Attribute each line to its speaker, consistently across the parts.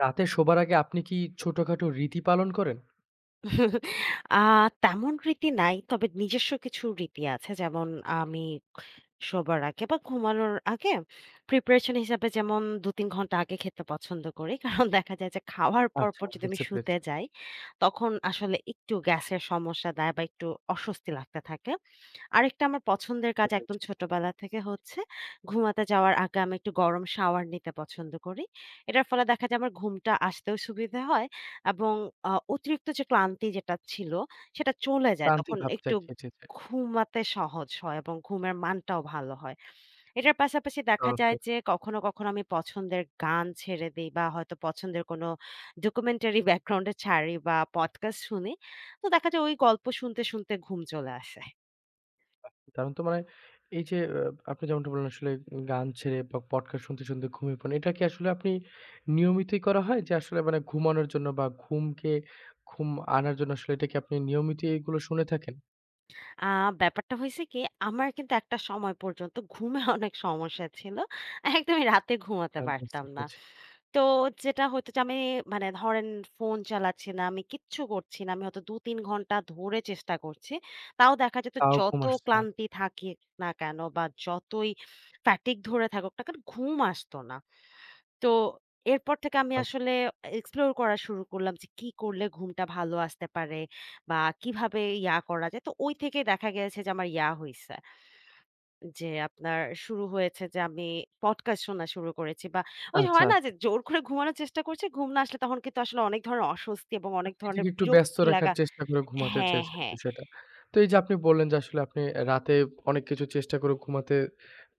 Speaker 1: রাতে শোবার আগে আপনি কি ছোটখাটো রীতি পালন করেন?
Speaker 2: আ তেমন রীতি নাই। তবে নিজস্ব কিছু রীতি আছে। যেমন আমি শোবার আগে বা ঘুমানোর আগে প্রিপারেশন হিসাবে যেমন ২-৩ ঘন্টা আগে খেতে পছন্দ করি। কারণ দেখা যায় যে খাওয়ার
Speaker 1: আচ্ছা
Speaker 2: পরপর যদি আমি
Speaker 1: বুঝতে
Speaker 2: শুতে
Speaker 1: পেরেছি,
Speaker 2: যাই, তখন আসলে একটু গ্যাসের সমস্যা দেয় বা একটু অস্বস্তি লাগতে থাকে। আরেকটা আমার পছন্দের
Speaker 1: বুঝতে
Speaker 2: কাজ একদম
Speaker 1: পেরেছি।
Speaker 2: ছোটবেলা থেকে হচ্ছে, ঘুমাতে যাওয়ার আগে আমি একটু গরম শাওয়ার নিতে পছন্দ করি। এটার ফলে দেখা যায় আমার ঘুমটা আসতেও সুবিধা হয় এবং অতিরিক্ত যে ক্লান্তি যেটা ছিল, সেটা চলে যায়।
Speaker 1: প্রান্তিক
Speaker 2: তখন
Speaker 1: ভাব জি,
Speaker 2: একটু
Speaker 1: জি, জি।
Speaker 2: ঘুমাতে সহজ হয় এবং ঘুমের মানটাও ভালো হয়। এটার পাশাপাশি দেখা যায়
Speaker 1: চমৎকার!
Speaker 2: যে কখনো, কখনো আমি পছন্দের গান ছেড়ে দেই বা হয়তো পছন্দের কোনো ডকুমেন্টারি ব্যাকগ্রাউন্ডে ছাড়ি বা পডকাস্ট শুনি। তো দেখা যায় ওই গল্প শুনতে, শুনতে ঘুম চলে আসে।
Speaker 1: দারুণ তো মানে এই যে আপনি যেমনটা বললেন আসলে গান ছেড়ে বা পডকাস্ট শুনতে, শুনতে ঘুমিয়ে পড়েন। এটা কি আসলে আপনি নিয়মিতই করা হয়? যে আসলে মানে ঘুমানোর জন্য বা ঘুম আনার জন্য আসলে এটা কি আপনি নিয়মিতই এগুলো শুনে থাকেন?
Speaker 2: আ ব্যাপারটা হইছে কি? আমার কিন্তু একটা সময় পর্যন্ত ঘুমে অনেক সমস্যা ছিল। একদমই রাতে ঘুমাতে
Speaker 1: হ্যাঁ, বুঝতে
Speaker 2: পারতাম না।
Speaker 1: পেরেছি।
Speaker 2: তো যেটা হতো যে আমি মানে ধরেন ফোন চালাচ্ছি না, আমি কিচ্ছু করছি না। আমি হয়তো ২-৩ ঘন্টা ধরে চেষ্টা করছি। তাও দেখা যেত
Speaker 1: তাও ঘুম
Speaker 2: যত
Speaker 1: আসছে না।
Speaker 2: ক্লান্তি থাকি না কেন বা যতই fatigue ধরে থাকুক না কেন ঘুম আসতো না। তো এরপর থেকে আমি আসলে এক্সপ্লোর করা শুরু করলাম যে কি করলে ঘুমটা ভালো আসতে পারে বা কিভাবে ইয়া করা যায়। তো ওই থেকে দেখা গেছে যে আমার ইয়া হইছে। যে আপনার শুরু হয়েছে যে আমি পডকাস্ট শোনা শুরু করেছি বা ওই যে
Speaker 1: আচ্ছা,
Speaker 2: হয় না যে
Speaker 1: আচ্ছা।
Speaker 2: জোর করে ঘুমানোর চেষ্টা করছি, ঘুম না আসলে তখন কিন্তু আসলে অনেক ধরনের অস্বস্তি এবং অনেক
Speaker 1: মানে
Speaker 2: ধরনের
Speaker 1: নিজেকে একটু ব্যস্ত
Speaker 2: বিরক্তি
Speaker 1: রাখার
Speaker 2: লাগা।
Speaker 1: চেষ্টা করে ঘুমাতে
Speaker 2: হ্যাঁ,
Speaker 1: চেয়েছেন
Speaker 2: হ্যাঁ।
Speaker 1: বিষয়টা। তো এই যে আপনি বললেন যে আসলে আপনি রাতে অনেক কিছু চেষ্টা করে ঘুমাতে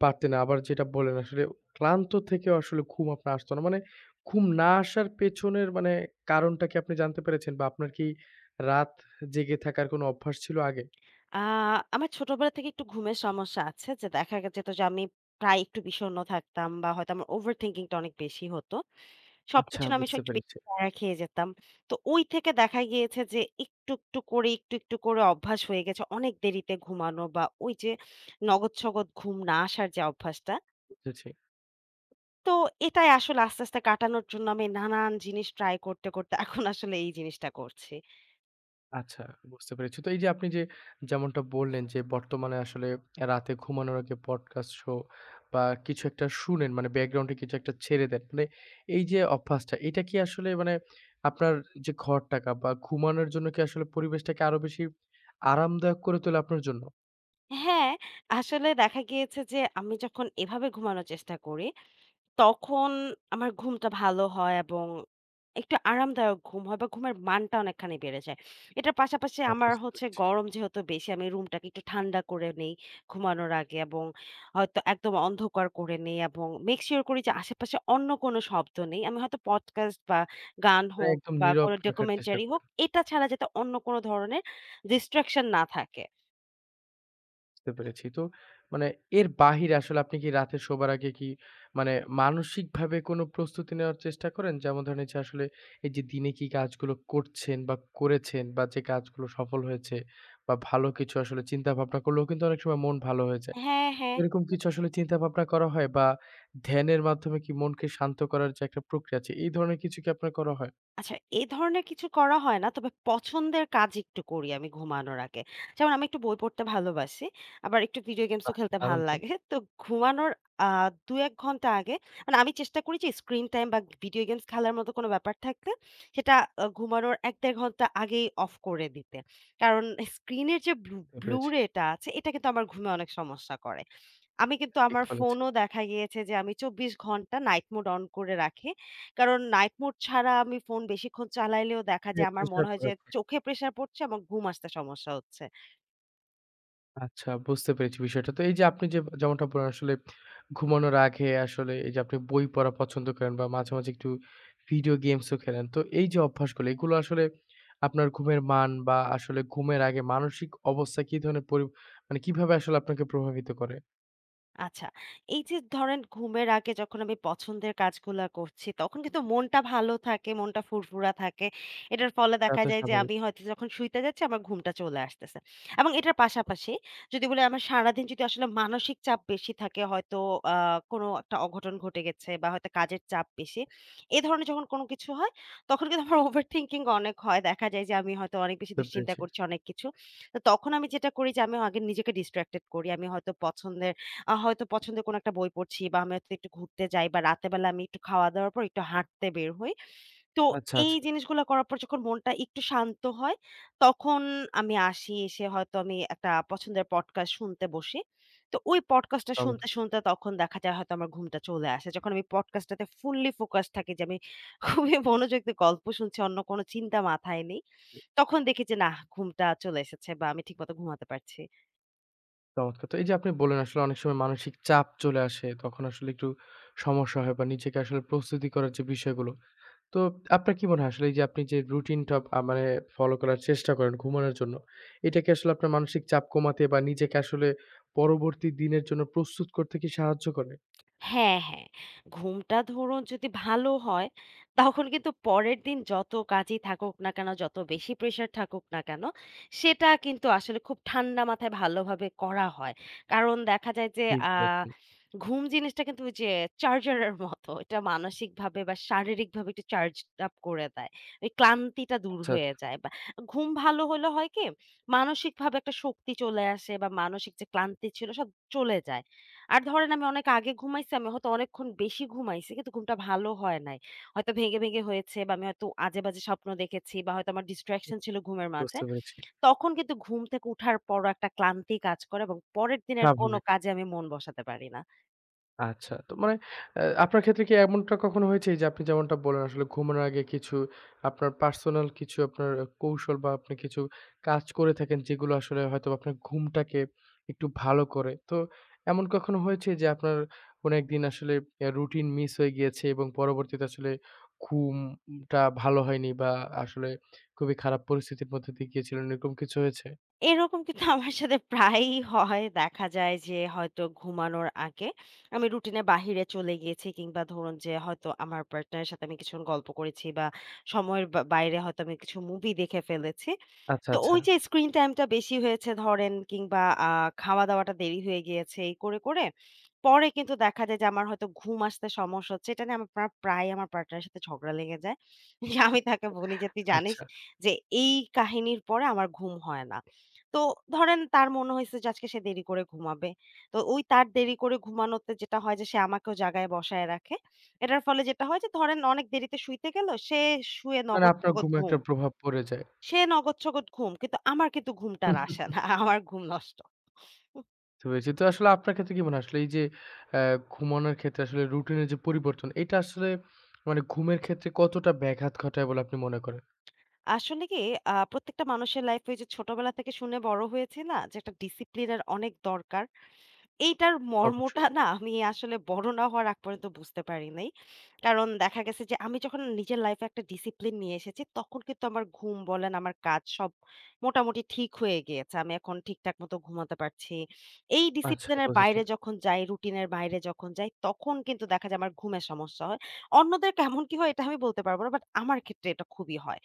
Speaker 1: পারতেন না। আবার যেটা বললেন আসলে ক্লান্ত থেকেও আসলে ঘুম আপনার আসতো না। মানে ঘুম না আসার পেছনের মানে কারণটা কি আপনি জানতে পেরেছেন? বা আপনার কি রাত জেগে থাকার কোনো অভ্যাস ছিল আগে?
Speaker 2: আ আমার ছোটবেলা থেকে একটু ঘুমের সমস্যা আছে যে দেখা যেত যে আমি প্রায় একটু বিষণ্ণ থাকতাম বা হয়তো আমার ওভার থিংকিং টা অনেক বেশি হতো।
Speaker 1: আচ্ছা
Speaker 2: সবকিছু না আমি সব
Speaker 1: বুঝতে
Speaker 2: একটু বেশি
Speaker 1: পেরেছি,
Speaker 2: প্যারা খেয়ে যেতাম। তো ওই থেকে দেখা গিয়েছে যে একটু, একটু করে, একটু, একটু করে অভ্যাস হয়ে গেছে অনেক দেরিতে ঘুমানো বা ওই যে নগদ-সগদ ঘুম না আসার যে অভ্যাসটা।
Speaker 1: বুঝেছি।
Speaker 2: তো এটাই আসলে আস্তে, আস্তে কাটানোর জন্য আমি নানান জিনিস ট্রাই করতে, করতে এখন আসলে এই জিনিসটা করছি।
Speaker 1: আচ্ছা বুঝতে পেরেছি। তো এই যে আপনি যেমনটা বললেন যে বর্তমানে আসলে রাতে ঘুমানোর আগে পডকাস্ট শো বা কিছু একটা শুনেন মানে ব্যাকগ্রাউন্ডে কিছু একটা ছেড়ে দেন। মানে এই যে অভ্যাসটা এটা কি আসলে মানে আপনার যে ঘরটাকে বা ঘুমানোর জন্য কি আসলে পরিবেশটাকে আরো বেশি আরামদায়ক করে তোলে আপনার জন্য?
Speaker 2: হ্যাঁ, আসলে দেখা গিয়েছে যে আমি যখন এভাবে ঘুমানোর চেষ্টা করি তখন আমার ঘুমটা ভালো হয় এবং একটু আরামদায়ক ঘুম হয় বা ঘুমের মানটা অনেকখানি বেড়ে যায়। এটার পাশাপাশি
Speaker 1: হ্যাঁ,
Speaker 2: আমার
Speaker 1: বুঝতে
Speaker 2: হচ্ছে
Speaker 1: পেরেছি।
Speaker 2: গরম যেহেতু বেশি আমি রুমটাকে একটু ঠান্ডা করে নেই ঘুমানোর আগে এবং হয়তো একদম অন্ধকার করে নেই এবং মেক সিওর করি যে আশেপাশে অন্য কোনো শব্দ নেই। আমি হয়তো পডকাস্ট বা গান
Speaker 1: মানে
Speaker 2: হোক
Speaker 1: একদম
Speaker 2: বা
Speaker 1: নীরব
Speaker 2: কোনো
Speaker 1: রাখার চেষ্টা
Speaker 2: ডকুমেন্টারি হোক
Speaker 1: করেন।
Speaker 2: এটা ছাড়া যাতে অন্য কোনো ধরনের ডিস্ট্রাকশন না থাকে।
Speaker 1: বুঝতে পেরেছি। তো মানে এর বাহিরে আসলে আপনি কি রাতে শোবার আগে কি মানে মানসিকভাবে কোনো প্রস্তুতি নেওয়ার চেষ্টা করেন? যেমন ধরেন এই যে আসলে এই যে দিনে কি কাজগুলো করছেন বা করেছেন বা যে কাজগুলো সফল হয়েছে বা ভালো কিছু আসলে চিন্তা ভাবনা করলেও কিন্তু অনেক সময় মন ভালো হয়ে যায়।
Speaker 2: হ্যাঁ, হ্যাঁ।
Speaker 1: এরকম কিছু আসলে চিন্তা ভাবনা করা হয় বা ধ্যানের মাধ্যমে কি মনকে শান্ত করার যে একটা প্রক্রিয়া আছে এই ধরনের কিছু কি আপনার করা হয়?
Speaker 2: আচ্ছা, এ ধরনের কিছু করা হয় না। তবে পছন্দের কাজ একটু করি আমি ঘুমানোর আগে। যেমন আমি একটু বই পড়তে ভালোবাসি। আবার একটু ভিডিও গেমস ও
Speaker 1: বাহ!
Speaker 2: খেলতে ভাল
Speaker 1: দারুণ তো
Speaker 2: লাগে। তো ঘুমানোর আ ২-১ ঘন্টা আগে মানে আমি চেষ্টা করি যে স্ক্রিন টাইম বা ভিডিও গেমস খেলার মতো কোনো ব্যাপার থাকলে সেটা ঘুমানোর ১-১.৫ ঘন্টা আগেই অফ করে দিতে। কারণ স্ক্রিনের যে ব্লু
Speaker 1: বুঝতে
Speaker 2: ব্লু
Speaker 1: পেরেছি।
Speaker 2: রে টা আছে এটা কিন্তু আমার ঘুমে অনেক সমস্যা করে। আমি কিন্তু
Speaker 1: ঠিক
Speaker 2: আমার
Speaker 1: বলেছেন।
Speaker 2: ফোনও দেখা গিয়েছে যে আমি ২৪ ঘন্টা নাইট মোড অন করে রাখি। কারণ নাইট মোড ছাড়া আমি ফোন বেশিক্ষণ চালাইলেও দেখা যায় আমার মনে হয় যে চোখে প্রেশার পড়ছে, আমার ঘুম আসতে সমস্যা হচ্ছে।
Speaker 1: আচ্ছা বুঝতে পেরেছি বিষয়টা। তো এই যে আপনি যেমনটা বললেন আসলে ঘুমানোর আগে আসলে এই যে আপনি বই পড়া পছন্দ করেন বা মাঝে, মাঝে একটু ভিডিও গেমসও খেলেন। তো এই যে অভ্যাসগুলো এগুলো আসলে আপনার ঘুমের মান বা আসলে ঘুমের আগে মানসিক অবস্থা কি ধরনের মানে কিভাবে আসলে আপনাকে প্রভাবিত করে?
Speaker 2: আচ্ছা। এই যে ধরেন ঘুমের আগে যখন আমি পছন্দের কাজগুলা করছি, তখন কিন্তু মনটা ভালো থাকে, মনটা ফুরফুরা থাকে। এটার ফলে
Speaker 1: তা
Speaker 2: দেখা
Speaker 1: তো
Speaker 2: যায় যে
Speaker 1: স্বাভাবিক।
Speaker 2: আমি হয়তো যখন শুইতে যাচ্ছি আমার ঘুমটা চলে আসতেছে। এবং এটার পাশাপাশি যদি বলি আমার সারাদিন যদি আসলে মানসিক চাপ বেশি থাকে হয়তো আ কোনো একটা অঘটন ঘটে গেছে বা হয়তো কাজের চাপ বেশি। এ ধরনের যখন কোনো কিছু হয় তখন কিন্তু আমার ওভারথিংকিং অনেক হয়। দেখা যায় যে আমি হয়তো অনেক বেশি
Speaker 1: বুঝতে
Speaker 2: দুশ্চিন্তা
Speaker 1: পেরেছি।
Speaker 2: করছি অনেক কিছু। তো তখন আমি যেটা করি যে আমি আগে নিজেকে ডিস্ট্রাক্টেড করি। আমি হয়তো পছন্দের হয়তো পছন্দের কোনো একটা বই পড়ছি বা আমি হয়তো একটু ঘুরতে যাই বা রাতের বেলা আমি একটু খাওয়া-দাওয়ার পর একটু হাঁটতে বের হই। তো
Speaker 1: আচ্ছা, আচ্ছা।
Speaker 2: এই জিনিসগুলা করার পর যখন মনটা একটু শান্ত হয়, তখন আমি আসি, এসে হয়তো আমি একটা পছন্দের পডকাস্ট শুনতে বসি। তো ওই পডকাস্টটা শুনতে,
Speaker 1: চমৎকার,
Speaker 2: শুনতে তখন দেখা যায় হয়তো আমার ঘুমটা চলে আসে। যখন আমি পডকাস্টটাতে ফুললি ফোকাস থাকি যে আমি খুবই মনোযোগ দিয়ে গল্প শুনছি, অন্য কোনো চিন্তা মাথায় নেই। তখন দেখি যে নাহ, ঘুমটা চলে এসেছে বা আমি ঠিকমতো ঘুমাতে পারছি।
Speaker 1: চমৎকার। তো এই যে আপনি বললেন আসলে অনেক সময় মানসিক চাপ চলে আসে। তখন আসলে একটু সমস্যা হয় বা নিজেকে আসলে প্রস্তুতি করার যে বিষয়গুলো তো আপনার কি মনে হয় আসলে এই যে আপনি যে রুটিনটা মানে ফলো করার চেষ্টা করেন ঘুমানোর জন্য, এটা কি আসলে আপনার মানসিক চাপ কমাতে বা নিজেকে আসলে পরবর্তী দিনের জন্য প্রস্তুত করতে কি সাহায্য করে?
Speaker 2: হ্যাঁ, হ্যাঁ। ঘুমটা ধরুন যদি ভালো হয়, তখন কিন্তু পরের দিন যত কাজই থাকুক না কেন, যত বেশি প্রেশার থাকুক না কেন, সেটা কিন্তু আসলে খুব ঠান্ডা মাথায় ভালোভাবে করা হয়। কারণ দেখা যায় যে
Speaker 1: ঠিক বলেছেন।
Speaker 2: ঘুম জিনিসটা কিন্তু ওই যে চার্জারের মতো। এটা মানসিকভাবে বা শারীরিকভাবে একটু চার্জড আপ করে দেয়। ওই ক্লান্তিটা দূর
Speaker 1: আচ্ছা,
Speaker 2: হয়ে
Speaker 1: আচ্ছা।
Speaker 2: যায় বা ঘুম ভালো হলে হয় কি, মানসিকভাবে একটা শক্তি চলে আসে বা মানসিক যে ক্লান্তি ছিল সব চলে যায়। আর ধরেন আমি অনেক আগে ঘুমাইছি, আমি হয়তো অনেকক্ষণ বেশি ঘুমাইছি কিন্তু ঘুমটা ভালো হয় নাই। হয়তো ভেঙে, ভেঙে হয়েছে বা আমি হয়তো আজে-বাজে স্বপ্ন দেখেছি বা হয়তো আমার distraction ছিল ঘুমের মাঝে।
Speaker 1: বুঝতে পেরেছি।
Speaker 2: তখন কিন্তু ঘুম থেকে উঠার পরও একটা ক্লান্তি কাজ করে এবং পরের দিনের কোনো
Speaker 1: স্বাভাবিক।
Speaker 2: কাজে আমি মন বসাতে পারি না।
Speaker 1: আচ্ছা। তো মানে আপনার ক্ষেত্রে কি এমনটা কখনো হয়েছে যে আপনি যেমনটা বললেন আসলে ঘুমানোর আগে কিছু আপনার পার্সোনাল কিছু আপনার কৌশল বা আপনি কিছু কাজ করে থাকেন যেগুলো আসলে হয়তোবা আপনার ঘুমটাকে একটু ভালো করে। তো এমন কখনো হয়েছে যে আপনার কোনো একদিন আসলে রুটিন মিস হয়ে গিয়েছে এবং পরবর্তীতে আসলে ঘুমটা ভালো হয়নি বা আসলে খুবই খারাপ পরিস্থিতির মধ্যে দিয়ে গিয়েছিলেন এরকম কিছু হয়েছে?
Speaker 2: এরকম কিন্তু আমার সাথে প্রায়ই হয়। দেখা যায় যে হয়তো ঘুমানোর আগে আমি রুটিনের বাহিরে চলে গিয়েছি কিংবা ধরুন যে হয়তো আমার পার্টনারের সাথে আমি কিছুক্ষণ গল্প করেছি বা সময়ের বা বাইরে হয়তো আমি কিছু মুভি দেখে ফেলেছি।
Speaker 1: আচ্ছা,
Speaker 2: তো
Speaker 1: আচ্ছা,
Speaker 2: ওই যে স্ক্রিন টাইমটা বেশি হয়েছে ধরেন কিংবা আ খাওয়া-দাওয়াটা দেরি হয়ে গিয়েছে এই করে, করে পরে কিন্তু দেখা যায় যে আমার হয়তো ঘুম আসতে সমস্যা হচ্ছে। এটা নিয়ে আমার প্রায় আমার পার্টনারের সাথে ঝগড়া লেগে যায়। যে আমি তাকে বলি যে, "তুই জানিস
Speaker 1: আচ্ছা।
Speaker 2: যে এই কাহিনীর পরে আমার ঘুম হয় না।" তো ধরেন তার মনে হইছে যে আজকে সে দেরি করে ঘুমাবে। তো ওই তার দেরি করে ঘুমানোতে যেটা হয় যে সে আমাকেও জাগায় বসায় রাখে। এটার ফলে যেটা হয় যে ধরেন অনেক দেরিতে শুইতে গেল, সে শুয়ে
Speaker 1: মানে
Speaker 2: নগদ,
Speaker 1: আপনার
Speaker 2: সগদ
Speaker 1: ঘুমে
Speaker 2: ঘুম।
Speaker 1: একটা প্রভাব পড়ে যায়।
Speaker 2: সে নগদ-সগদ ঘুম। কিন্তু আমার কিন্তু ঘুমটা আর আসে না। আমার ঘুম নষ্ট। উহ
Speaker 1: বুঝতে পেরেছি। তো আসলে আপনার ক্ষেত্রে কি মনে হয়? আসলে এই যে অ্যা ঘুমানোর ক্ষেত্রে আসলে রুটিনের যে পরিবর্তন, এটা আসলে মানে ঘুমের ক্ষেত্রে কতটা ব্যাঘাত ঘটায় বলে আপনি মনে করেন?
Speaker 2: আসলে কি প্রত্যেকটা মানুষের লাইফ এ ওই যে ছোটবেলা থেকে শুনে বড় হয়েছি না? যে একটা ডিসিপ্লিন এর অনেক দরকার। এইটার মর্মটা
Speaker 1: অবশ্যই।
Speaker 2: না আমি আসলে বড় না হওয়ার আগ পর্যন্ত বুঝতে পারি নাই। কারণ দেখা গেছে যে আমি যখন নিজের লাইফে একটা ডিসিপ্লিন নিয়ে এসেছি, তখন কিন্তু আমার ঘুম বলেন, আমার কাজ সব মোটামুটি ঠিক হয়ে গিয়েছে। আমি এখন ঠিকঠাক মতো ঘুমাতে পারছি। এই
Speaker 1: আচ্ছা
Speaker 2: ডিসিপ্লিনের
Speaker 1: বুঝেছি।
Speaker 2: বাইরে যখন যাই, রুটিনের বাইরে যখন যাই, তখন কিন্তু দেখা যায় আমার ঘুমের সমস্যা হয়। অন্যদের কেমন কি হয় এটা আমি বলতে পারব না। বাট আমার ক্ষেত্রে এটা খুবই হয়।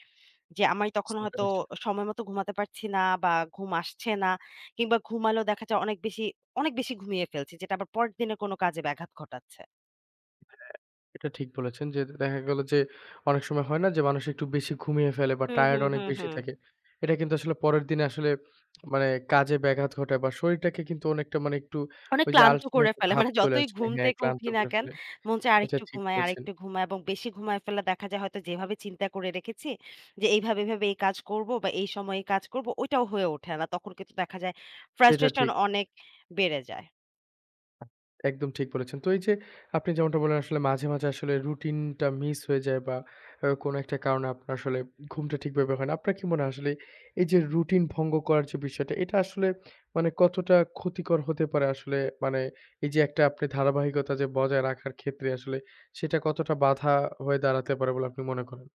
Speaker 2: যে আমি তখন
Speaker 1: বুঝতে
Speaker 2: হয়তো
Speaker 1: পেরেছি।
Speaker 2: সময় মতো ঘুমাতে পারছি না বা ঘুম আসছে না কিংবা ঘুমালেও দেখা যায় অনেক বেশি অনেক বেশি ঘুমিয়ে ফেলছি যেটা আবার পরের দিনের কোনো কাজে ব্যাঘাত ঘটাচ্ছে।
Speaker 1: এটা ঠিক বলেছেন যে দেখা গেল যে অনেক সময় হয় না যে মানুষ একটু বেশি ঘুমিয়ে ফেলে বা
Speaker 2: হুম,
Speaker 1: টায়ার্ড
Speaker 2: হুম,
Speaker 1: অনেক
Speaker 2: হুম,
Speaker 1: বেশি
Speaker 2: হুম।
Speaker 1: থাকে। এটা কিন্তু আসলে পরের দিনে আসলে মানে কাজে ব্যাঘাত ঘটায় বা শরীরটাকে কিন্তু অনেকটা মানে একটু
Speaker 2: অনেক
Speaker 1: ওই যে
Speaker 2: ক্লান্ত
Speaker 1: আলসেমি
Speaker 2: করে
Speaker 1: একটা
Speaker 2: ফেলে।
Speaker 1: ভাব
Speaker 2: মানে
Speaker 1: চলে
Speaker 2: যতই
Speaker 1: আসে
Speaker 2: ঘুম
Speaker 1: হ্যাঁ,
Speaker 2: থেকে
Speaker 1: ক্লান্ত
Speaker 2: উঠি না
Speaker 1: করে
Speaker 2: কেন,
Speaker 1: ফেলে।
Speaker 2: মন চায়
Speaker 1: এটা
Speaker 2: আরেকটু
Speaker 1: ঠিক
Speaker 2: ঘুমাই,
Speaker 1: বলেছেন।
Speaker 2: আরেকটু ঘুমাই এবং বেশি ঘুমায় ফেললে দেখা যায় হয়তো যেভাবে চিন্তা করে রেখেছি যে এইভাবে, এইভাবে এই কাজ করব বা এই সময়ে এই কাজ করব ওইটাও হয়ে ওঠে না। তখন কিন্তু দেখা যায়
Speaker 1: সেটা
Speaker 2: ফ্রাস্ট্রেশন
Speaker 1: ঠিক।
Speaker 2: অনেক বেড়ে যায়।
Speaker 1: একদম ঠিক বলেছেন। তো এই যে আপনি যেমনটা বললেন আসলে মাঝে, মাঝে আসলে রুটিনটা মিস হয়ে যায় বা কোনো একটা কারণে আপনার আসলে ঘুমটা ঠিকভাবে হয় না। আপনার কি মনে হয় আসলে এই যে রুটিন ভঙ্গ করার যে বিষয়টা এটা আসলে মানে কতটা ক্ষতিকর হতে পারে আসলে মানে এই যে একটা আপনি ধারাবাহিকতা যে বজায় রাখার ক্ষেত্রে আসলে সেটা কতটা বাধা হয়ে দাঁড়াতে পারে বলে আপনি মনে করেন?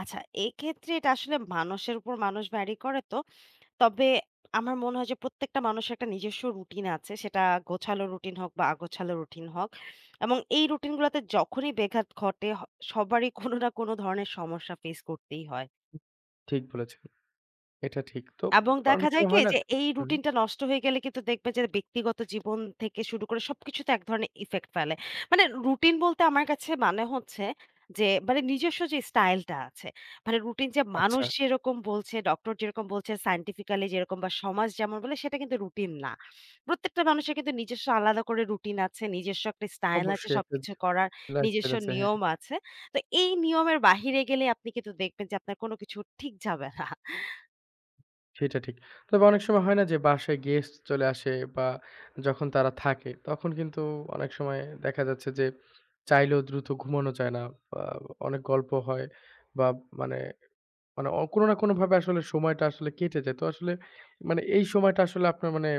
Speaker 2: আচ্ছা, এক্ষেত্রে এটা আসলে মানুষের উপর মানুষ ভ্যারি করে তো? তবে আমার মনে হয় যে প্রত্যেকটা মানুষের একটা নিজস্ব রুটিন আছে। সেটা গোছালো রুটিন হোক বা আগোছালো রুটিন হোক। এবং এই রুটিন গুলাতে যখনই ব্যাঘাত ঘটে সবারই কোনো না কোনো ধরনের সমস্যা ফেস করতেই হয়।
Speaker 1: ঠিক বলেছেন। এটা ঠিক। তো
Speaker 2: এবং দেখা
Speaker 1: অনেক
Speaker 2: যায়
Speaker 1: সময়
Speaker 2: কি
Speaker 1: হয় না
Speaker 2: যে এই
Speaker 1: হুম,
Speaker 2: রুটিনটা নষ্ট হয়ে গেলে কিন্তু দেখবে যে ব্যক্তিগত জীবন থেকে শুরু করে সবকিছুতে এক ধরনের ইফেক্ট ফেলে। মানে রুটিন বলতে আমার কাছে মানে হচ্ছে যে মানে নিজস্ব যে স্টাইলটা আছে, মানে রুটিন যে মানুষ
Speaker 1: আচ্ছা
Speaker 2: যেরকম বলছে, ডক্টর যেরকম বলছে, সায়েন্টিফিক্যালি যেরকম বা সমাজ যেমন বলে সেটা কিন্তু রুটিন না। প্রত্যেকটা মানুষের কিন্তু নিজস্ব আলাদা করে রুটিন আছে, নিজস্ব একটা স্টাইল আছে
Speaker 1: অবশ্যই একটা
Speaker 2: সবকিছু করার,
Speaker 1: লাইফস্টাইল
Speaker 2: নিজস্ব
Speaker 1: আছে।
Speaker 2: নিয়ম আছে। তো এই নিয়মের বাহিরে গেলে আপনি কিন্তু দেখবেন যে আপনার কোনো কিছু ঠিক যাবে না।
Speaker 1: সেটা ঠিক। তবে অনেক সময় হয় না যে বাসায় গেস্ট চলে আসে বা যখন তারা থাকে তখন কিন্তু অনেক সময় দেখা যাচ্ছে যে চাইলেও দ্রুত ঘুমানো যায় না। বা অনেক গল্প হয় বা মানে মানে কোনো না কোনোভাবে আসলে সময়টা আসলে কেটে যায়। তো আসলে মানে এই সময়টা আসলে আপনার মানে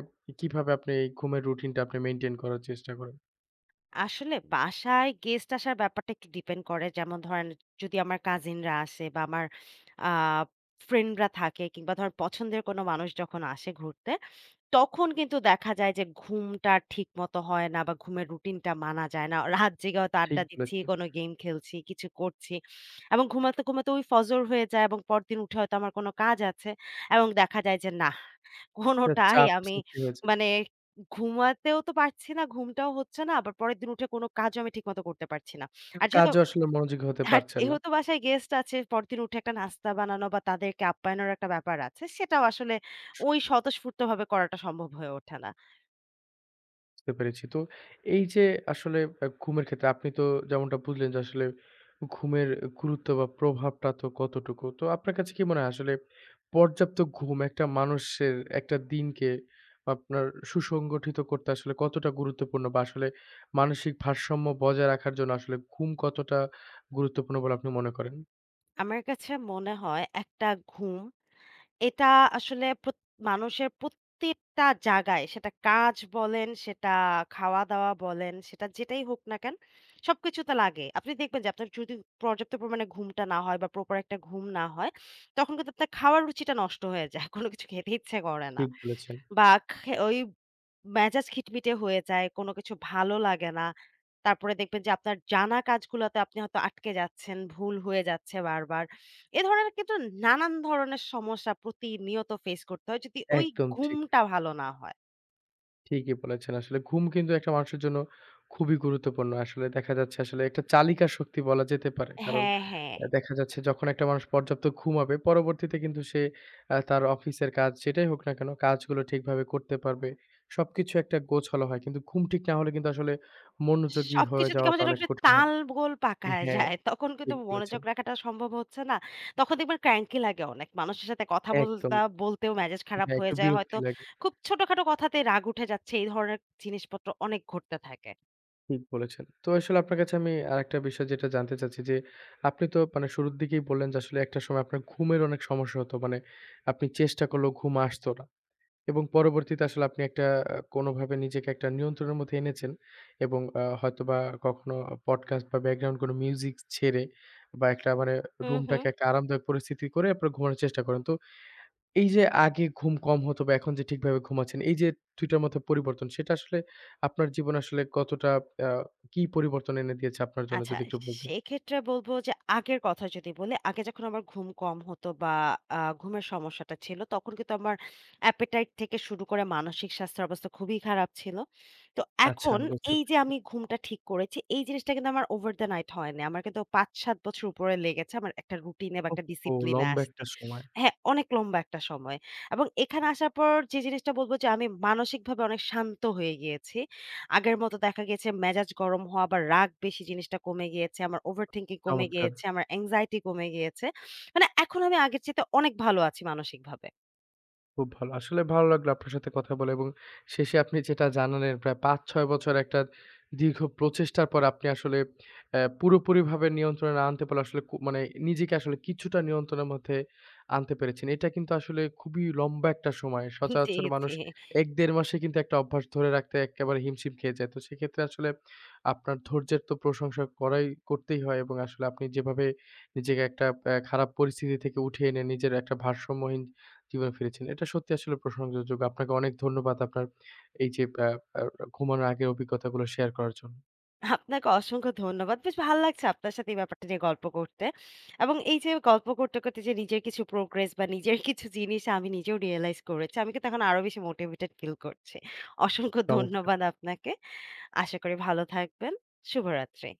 Speaker 1: কিভাবে আপনি এই ঘুমের রুটিনটা আপনি মেইনটেইন করার চেষ্টা করেন?
Speaker 2: আসলে বাসায় গেস্ট আসার ব্যাপারটা একটু ডিপেন্ড করে। যেমন ধরেন যদি আমার কাজিনরা আসে বা আমার আ ফ্রেন্ডরা থাকে কিংবা ধরেন পছন্দের কোনো মানুষ যখন আসে ঘুরতে, তখন কিন্তু দেখা যায় যে ঘুমটা ঠিক মতো হয় না বা ঘুমের রুটিনটা মানা যায় না। রাত জেগে হয়তো
Speaker 1: ঠিক
Speaker 2: আড্ডা দিচ্ছি,
Speaker 1: বলেছেন।
Speaker 2: কোনো গেম খেলছি, কিছু করছি। এবং ঘুমাতে, ঘুমাতে ওই ফজর হয়ে যায় এবং পরদিন উঠে হয়তো আমার কোনো কাজ আছে এবং দেখা যায় যে নাহ,
Speaker 1: একটা
Speaker 2: কোনোটাই
Speaker 1: চাপ
Speaker 2: আমি
Speaker 1: সৃষ্টি হয়েছে।
Speaker 2: মানে ঘুমাতেও তো পারছি না, ঘুমটাও হচ্ছে না। আবার পরের দিন উঠে কোনো কাজও আমি ঠিকমতো করতে পারছি না। আর
Speaker 1: মানে
Speaker 2: যেহেতু
Speaker 1: কাজেও আসলে মনোযোগী হতে
Speaker 2: আর
Speaker 1: পারছেন না।
Speaker 2: যেহেতু বাসায় গেস্ট আছে, পরদিন উঠে একটা নাস্তা বানানো বা তাদেরকে আপ্যায়নের একটা ব্যাপার আছে, সেটাও আসলে ওই স্বতঃস্ফূর্তভাবে করাটা সম্ভব হয়ে ওঠে না।
Speaker 1: বুঝতে পেরেছি। তো এই যে আসলে ঘুমের ক্ষেত্রে আপনি তো যেমনটা বুঝলেন যে আসলে ঘুমের গুরুত্ব বা প্রভাবটা তো কতটুকু। তো আপনার কাছে কি মনে হয় আসলে পর্যাপ্ত ঘুম একটা মানুষের একটা দিনকে আপনার সুসংগঠিত করতে আসলে কতটা গুরুত্বপূর্ণ বা আসলে মানসিক ভারসাম্য বজায় রাখার জন্য আসলে ঘুম কতটা গুরুত্বপূর্ণ বলে আপনি মনে করেন?
Speaker 2: আমার কাছে মনে হয় একটা ঘুম এটা আসলে মানুষের প্রত্যেকটা জায়গায়, সেটা কাজ বলেন, সেটা খাওয়া-দাওয়া বলেন, সেটা যেটাই হোক না কেন, সবকিছুতে লাগে। আপনি দেখবেন যে আপনার যদি পর্যাপ্ত পরিমাণে ঘুমটা না হয় বা প্রপার একটা ঘুম না হয়, তখন কিন্তু আপনার খাওয়ার রুচিটা নষ্ট হয়ে যায়। কোনো কিছু খেতে ইচ্ছে করে না।
Speaker 1: ঠিক বলেছেন।
Speaker 2: বা ওই মেজাজ খিটমিটে হয়ে যায়। কোনো কিছু ভালো লাগে না। তারপরে দেখবেন যে আপনার জানা কাজগুলোতে আপনি হয়তো আটকে যাচ্ছেন, ভুল হয়ে যাচ্ছে বারবার। এ ধরনের কিন্তু নানান ধরনের সমস্যা প্রতিনিয়ত ফেস করতে হয় যদি ওই
Speaker 1: একদম ঠিক।
Speaker 2: ঘুমটা ভালো না হয়।
Speaker 1: ঠিকই বলেছেন। আসলে ঘুম কিন্তু একটা মানুষের জন্য খুবই গুরুত্বপূর্ণ। আসলে দেখা যাচ্ছে আসলে একটা চালিকা শক্তি বলা যেতে পারে। কারণ
Speaker 2: হ্যাঁ, হ্যাঁ।
Speaker 1: দেখা যাচ্ছে যখন একটা মানুষ পর্যাপ্ত ঘুমাবে, পরবর্তীতে কিন্তু সে তার অফিসের কাজ যেটাই হোক না কেন, কাজগুলো ঠিকভাবে করতে পারবে। সবকিছু একটা গোছালো হয়। কিন্তু ঘুম ঠিক না হলে কিন্তু আসলে মনোযোগী হয়ে
Speaker 2: সবকিছু থেকে আমার
Speaker 1: যাওয়াটা
Speaker 2: যেন
Speaker 1: অনেক
Speaker 2: একটা
Speaker 1: কঠিন হয়।
Speaker 2: তালগোল পাকায়
Speaker 1: হ্যাঁ,
Speaker 2: যায়। তখন কিন্তু
Speaker 1: ঠিক বলেছেন।
Speaker 2: মনোযোগ রাখাটা সম্ভব হচ্ছে না। তখন দেখবেন ক্র্যাঙ্কি লাগে অনেক। মানুষের সাথে কথা
Speaker 1: একদম।
Speaker 2: বলতেও মেজাজ খারাপ
Speaker 1: হ্যাঁ,
Speaker 2: হয়ে
Speaker 1: একটু
Speaker 2: যায়। হয়তো
Speaker 1: বিরক্তি লাগে।
Speaker 2: খুব ছোটখাটো কথাতেই রাগ উঠে যাচ্ছে। এই ধরনের জিনিসপত্র অনেক ঘটতে থাকে।
Speaker 1: ঠিক বলেছেন। তো আসলে আপনার কাছে আমি আরেকটা বিষয় যেটা জানতে চাচ্ছি যে, আপনি তো মানে শুরুর দিকেই বললেন যে, আসলে একটা সময় আপনার ঘুমের অনেক সমস্যা হতো। মানে আপনি চেষ্টা করলেও ঘুম আসতো না। এবং পরবর্তীতে আসলে আপনি একটা কোনোভাবে নিজেকে একটা নিয়ন্ত্রণের মধ্যে এনেছেন এবং হয়তোবা কখনো পডকাস্ট বা ব্যাকগ্রাউন্ড কোনো মিউজিক ছেড়ে বা একটা মানে
Speaker 2: হুম, হুম।
Speaker 1: রুমটাকে একটা আরামদায়ক পরিস্থিতি করে আপনারা ঘুমানোর চেষ্টা করেন। তো এই যে আগে ঘুম কম হতো বা এখন যে ঠিকভাবে ঘুমাচ্ছেন, এই যে ২টার টার মধ্যে পরিবর্তন সেটা আসলে আপনার জীবনে আসলে কতটা আ কি পরিবর্তন এনে দিয়েছে আপনার জন্য
Speaker 2: আচ্ছা,
Speaker 1: যদি একটু বলতেন?
Speaker 2: সেক্ষেত্রে বলব যে আগের কথা যদি বলি, আগে যখন আমার ঘুম কম হতো বা ঘুমের সমস্যাটা ছিল, তখন কিন্তু আমার appetite থেকে শুরু করে মানসিক স্বাস্থ্যের অবস্থা খুবই খারাপ ছিল। তো
Speaker 1: আচ্ছা
Speaker 2: এখন
Speaker 1: বুঝতে
Speaker 2: এই যে
Speaker 1: পেরেছি।
Speaker 2: আমি ঘুমটা ঠিক করেছি, এই জিনিসটা কিন্তু আমার over the night হয়নি। আমার কিন্তু ৫-৭ বছর উপরে লেগেছে আমার একটা রুটিনে বা একটা
Speaker 1: ওহহো!
Speaker 2: ডিসিপ্লিনে
Speaker 1: লম্বা
Speaker 2: আসতে।
Speaker 1: একটা সময়।
Speaker 2: হ্যাঁ, অনেক লম্বা একটা সময়। এবং এখানে আসার পর যে জিনিসটা বলব যে আমি মানসিকভাবে অনেক শান্ত হয়ে গিয়েছি। আগের মতো দেখা গেছে মেজাজ গরম হওয়া বা রাগ বেশি জিনিসটা কমে গিয়েছে। আমার ওভারথিংকিং কমে
Speaker 1: চমৎকার!
Speaker 2: গিয়েছে, আমার anxiety কমে গিয়েছে। মানে এখন আমি আগের চাইতে অনেক ভালো আছি মানসিকভাবে।
Speaker 1: খুব ভালো। আসলে ভালো লাগলো আপনার সাথে কথা বলে এবং শেষে আপনি যেটা জানালেন প্রায় ৫-৬ বছর একটা দীর্ঘ প্রচেষ্টার পর আপনি আসলে পুরোপুরিভাবে নিয়ন্ত্রণে না আনতে পারলে আসলে মানে নিজেকে আসলে কিছুটা নিয়ন্ত্রণের মধ্যে আনতে পেরেছেন। এটা কিন্তু আসলে খুবই লম্বা একটা সময়।
Speaker 2: জি,
Speaker 1: সচরাচর মানুষ
Speaker 2: জি।
Speaker 1: ১-১.৫ মাসে কিন্তু একটা অভ্যাস ধরে রাখতে একেবারে হিমশিম খেয়ে যায়। তো সেক্ষেত্রে আসলে আপনার ধৈর্যের তো প্রশংসা করতেই হয় এবং আসলে আপনি যেভাবে নিজেকে একটা খারাপ পরিস্থিতি থেকে উঠিয়ে এনে নিজের একটা ভারসাম্যহীন জীবনে ফিরেছেন। এটা সত্যি আসলে প্রশংসাযোগ্য। আপনাকে অনেক ধন্যবাদ আপনার এই যে আ আ ঘুমানোর আগের অভিজ্ঞতাগুলো শেয়ার করার জন্য।
Speaker 2: আপনাকে অসংখ্য ধন্যবাদ। বেশ ভাল লাগছে আপনার সাথে এই ব্যাপারটা নিয়ে গল্প করতে। এবং এই যে গল্প করতে, করতে যে নিজের কিছু প্রোগ্রেস বা নিজের কিছু জিনিস আমি নিজেও রিয়ালাইজ করেছি। আমি কিন্তু এখন আরো বেশি মোটিভেটেড ফিল করছি। অসংখ্য
Speaker 1: চমৎকার!
Speaker 2: ধন্যবাদ আপনাকে। আশা করি ভালো থাকবেন। শুভরাত্রি।